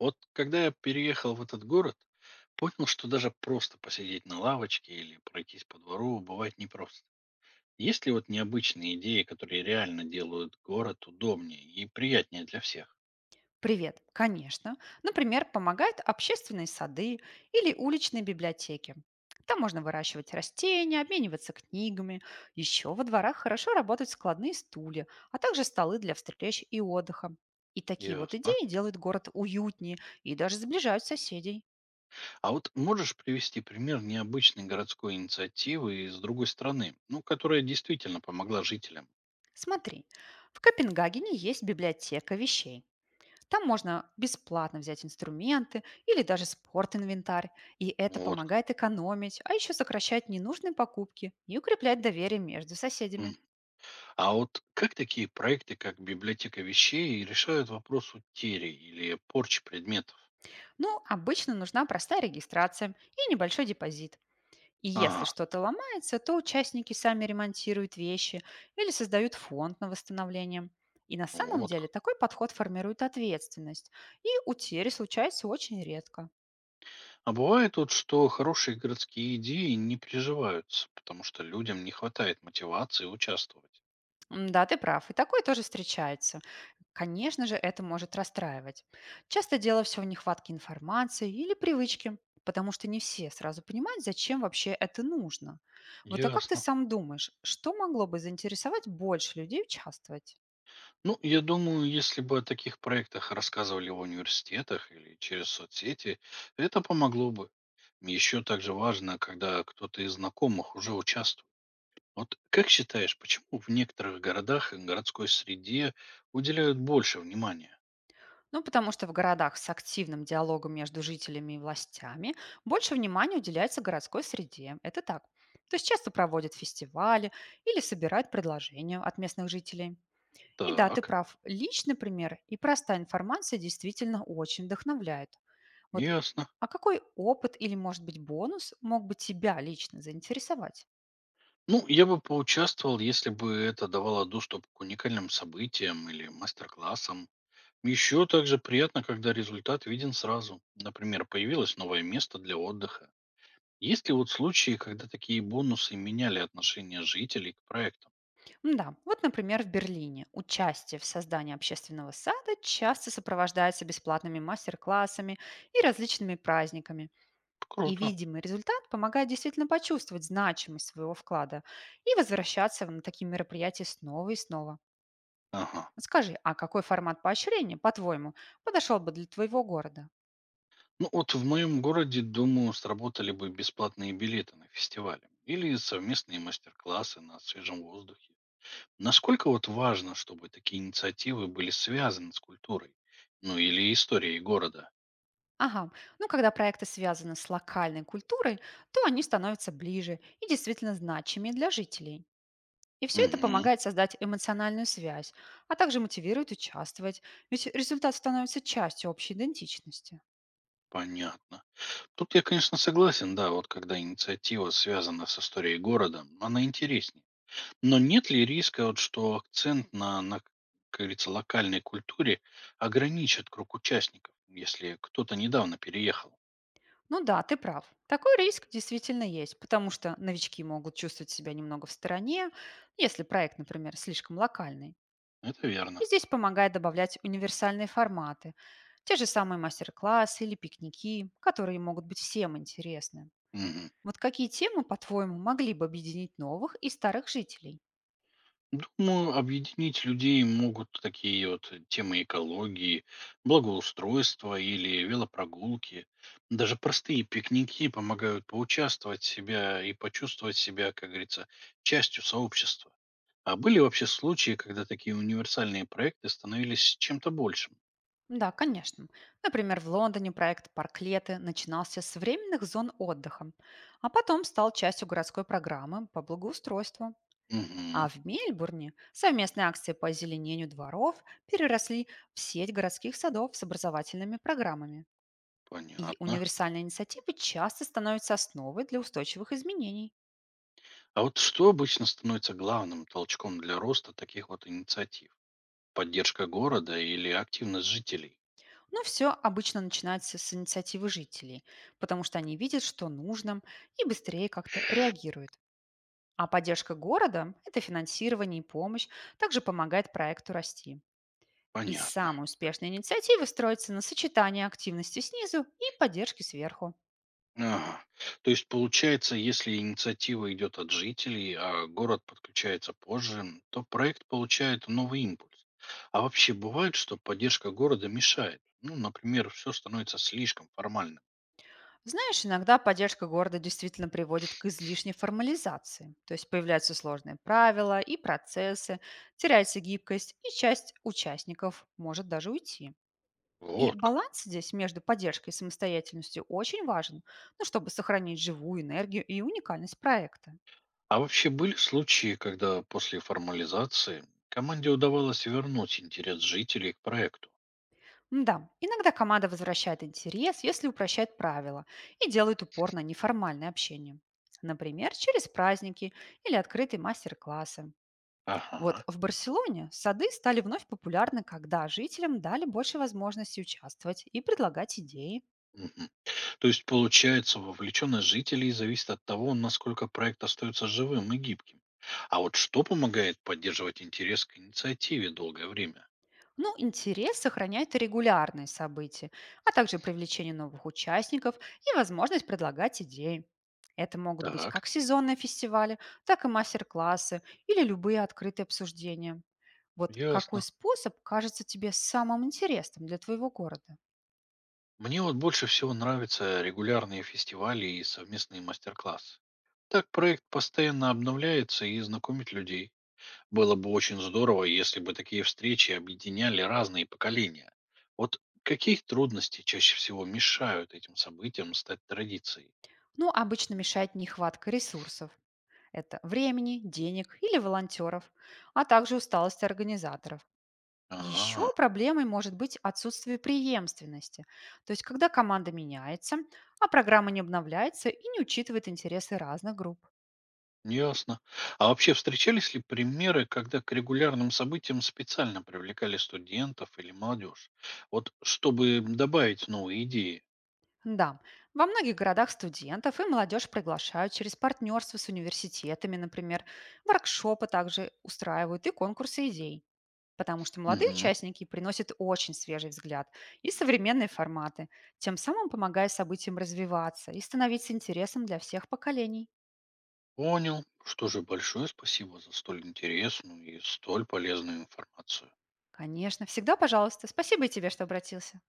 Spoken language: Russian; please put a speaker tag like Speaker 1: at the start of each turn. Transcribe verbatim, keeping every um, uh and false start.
Speaker 1: Вот когда я переехал в этот город, понял, что даже просто посидеть на лавочке или пройтись по двору бывает непросто. Есть ли вот необычные идеи, которые реально делают город удобнее и приятнее для всех?
Speaker 2: Привет, конечно. Например, помогают общественные сады или уличные библиотеки. Там можно выращивать растения, обмениваться книгами. Еще во дворах хорошо работают складные стулья, а также столы для встреч и отдыха. И такие вот
Speaker 1: Ясно.
Speaker 2: идеи делают город уютнее и даже сближают соседей.
Speaker 1: А вот можешь привести пример необычной городской инициативы из другой страны, ну, которая действительно помогла жителям?
Speaker 2: Смотри, в Копенгагене есть библиотека вещей. Там можно бесплатно взять инструменты или даже спорт-инвентарь, и это
Speaker 1: Вот. Как.
Speaker 2: помогает экономить, а еще сокращать ненужные покупки и укреплять доверие между
Speaker 1: М.
Speaker 2: соседями.
Speaker 1: А вот как такие проекты, как библиотека вещей, решают вопрос утерей или порчи предметов?
Speaker 2: Ну, обычно нужна простая регистрация и небольшой депозит. И если
Speaker 1: Ага,
Speaker 2: что-то ломается, то участники сами ремонтируют вещи или создают фонд на восстановление. И на самом
Speaker 1: вот
Speaker 2: деле
Speaker 1: как.
Speaker 2: такой подход формирует ответственность, и утери случаются очень редко.
Speaker 1: А бывает вот, что хорошие городские идеи не приживаются, потому что людям не хватает мотивации участвовать.
Speaker 2: М, Да, ты прав, и такое тоже встречается. Конечно же, это может расстраивать. Часто дело все в нехватке информации или привычке, потому что не все сразу понимают, зачем вообще это нужно. Вот а как ты
Speaker 1: Ясно.
Speaker 2: сам думаешь, что могло бы заинтересовать больше людей участвовать?
Speaker 1: Ну, я думаю, если бы о таких проектах рассказывали в университетах или через соцсети, это помогло бы. Еще также важно, когда кто-то из знакомых уже участвует. Вот как считаешь, почему в некоторых городах и городской среде уделяют больше внимания?
Speaker 2: Ну, потому что в городах с активным диалогом между жителями и властями больше внимания уделяется городской среде. Это так. То есть часто проводят фестивали или собирают предложения от местных жителей. И да, ты
Speaker 1: Так,
Speaker 2: прав. Личный пример и простая информация действительно очень вдохновляют. Вот,
Speaker 1: ясно.
Speaker 2: а какой опыт или, может быть, бонус мог бы тебя лично заинтересовать?
Speaker 1: Ну, я бы поучаствовал, если бы это давало доступ к уникальным событиям или мастер-классам. Еще также приятно, когда результат виден сразу. Например, появилось новое место для отдыха. Есть ли вот случаи, когда такие бонусы меняли отношение жителей к проектам?
Speaker 2: Да, вот, например, в Берлине участие в создании общественного сада часто сопровождается бесплатными мастер-классами и различными праздниками. И
Speaker 1: Круто.
Speaker 2: видимый результат помогает действительно почувствовать значимость своего вклада и возвращаться на такие мероприятия снова и снова.
Speaker 1: Ага.
Speaker 2: Скажи, а какой формат поощрения, по-твоему, подошел бы для твоего города?
Speaker 1: Ну вот в моем городе, думаю, сработали бы бесплатные билеты на фестивале или совместные мастер-классы на свежем воздухе. Насколько вот важно, чтобы такие инициативы были связаны с культурой, ну или историей города?
Speaker 2: Ага, ну когда проекты связаны с локальной культурой, то они становятся ближе и действительно значимее для жителей. И все это
Speaker 1: Мгм,
Speaker 2: помогает создать эмоциональную связь, а также мотивирует участвовать, ведь результат становится частью общей идентичности.
Speaker 1: понятно. Тут я, конечно, согласен, да, вот когда инициатива связана с историей города, она интереснее. Но нет ли риска, вот, что акцент на, на, как говорится, локальной культуре ограничит круг участников, если кто-то недавно переехал?
Speaker 2: Ну да, ты прав. Такой риск действительно есть, потому что новички могут чувствовать себя немного в стороне, если проект, например, слишком локальный.
Speaker 1: Это
Speaker 2: И
Speaker 1: верно.
Speaker 2: здесь помогает добавлять универсальные форматы, те же самые мастер-классы или пикники, которые могут быть всем интересны.
Speaker 1: Мгм.
Speaker 2: Вот какие темы, по-твоему, могли бы объединить новых и старых жителей?
Speaker 1: Думаю, объединить людей могут такие вот темы экологии, благоустройства или велопрогулки. Даже простые пикники помогают поучаствовать себя и почувствовать себя, как говорится, частью сообщества. А были вообще случаи, когда такие универсальные проекты становились чем-то большим?
Speaker 2: Да, конечно. Например, в Лондоне проект «Парклеты» начинался с временных зон отдыха, а потом стал частью городской программы по благоустройству. А
Speaker 1: Угу,
Speaker 2: в Мельбурне совместные акции по озеленению дворов переросли в сеть городских садов с образовательными программами. И
Speaker 1: понятно.
Speaker 2: универсальные инициативы часто становятся основой для устойчивых изменений.
Speaker 1: А вот что обычно становится главным толчком для роста таких вот инициатив? Поддержка города или активность жителей?
Speaker 2: Но все обычно начинается с инициативы жителей, потому что они видят, что нужно, и быстрее как-то реагируют. А поддержка города – это финансирование и помощь, также помогает проекту расти. И
Speaker 1: Понятно.
Speaker 2: самые успешные инициативы строятся на сочетании активности снизу и поддержки сверху.
Speaker 1: Ага. То есть получается, если инициатива идет от жителей, а город подключается позже, то проект получает новый импульс. А вообще бывает, что поддержка города мешает. Ну, например, все становится слишком формальным.
Speaker 2: Знаешь, иногда поддержка города действительно приводит к излишней формализации. То есть появляются сложные правила и процессы, теряется гибкость, и часть участников может даже уйти. И
Speaker 1: Вот как.
Speaker 2: баланс здесь между поддержкой и самостоятельностью очень важен, ну, чтобы сохранить живую энергию и уникальность проекта.
Speaker 1: А вообще были случаи, когда после формализации команде удавалось вернуть интерес жителей к проекту?
Speaker 2: Да, иногда команда возвращает интерес, если упрощает правила и делает упор на неформальное общение. Например, через праздники или открытые мастер-классы. Вот
Speaker 1: Ага.
Speaker 2: в Барселоне сады стали вновь популярны, когда жителям дали больше возможностей участвовать и предлагать идеи.
Speaker 1: Мгм. То есть получается, вовлеченность жителей зависит от того, насколько проект остается живым и гибким. А вот что помогает поддерживать интерес к инициативе долгое время?
Speaker 2: Ну, интерес сохраняет и регулярные события, а также привлечение новых участников и возможность предлагать идеи. Это могут быть
Speaker 1: Так,
Speaker 2: как сезонные фестивали, так и мастер-классы или любые открытые обсуждения. Вот какой
Speaker 1: ясно.
Speaker 2: способ кажется тебе самым интересным для твоего города?
Speaker 1: Мне вот больше всего нравятся регулярные фестивали и совместные мастер-классы. Так проект постоянно обновляется и знакомит людей. Было бы очень здорово, если бы такие встречи объединяли разные поколения. Вот какие трудности чаще всего мешают этим событиям стать традицией?
Speaker 2: Ну, обычно мешает нехватка ресурсов. Это времени, денег или волонтеров, а также усталость организаторов. Еще
Speaker 1: Ага.
Speaker 2: проблемой может быть отсутствие преемственности, то есть когда команда меняется, а программа не обновляется и не учитывает интересы разных групп.
Speaker 1: Ясно. А вообще встречались ли примеры, когда к регулярным событиям специально привлекали студентов или молодежь? Вот чтобы добавить новые идеи.
Speaker 2: Да, во многих городах студентов и молодежь приглашают через партнерство с университетами, например, воркшопы также устраивают и конкурсы идей. Потому что молодые
Speaker 1: Мгм.
Speaker 2: участники приносят очень свежий взгляд и современные форматы, тем самым помогая событиям развиваться и становиться интересным для всех поколений.
Speaker 1: Понял. Что же, большое спасибо за столь интересную и столь полезную информацию.
Speaker 2: Конечно, всегда пожалуйста. Спасибо и тебе, что обратился.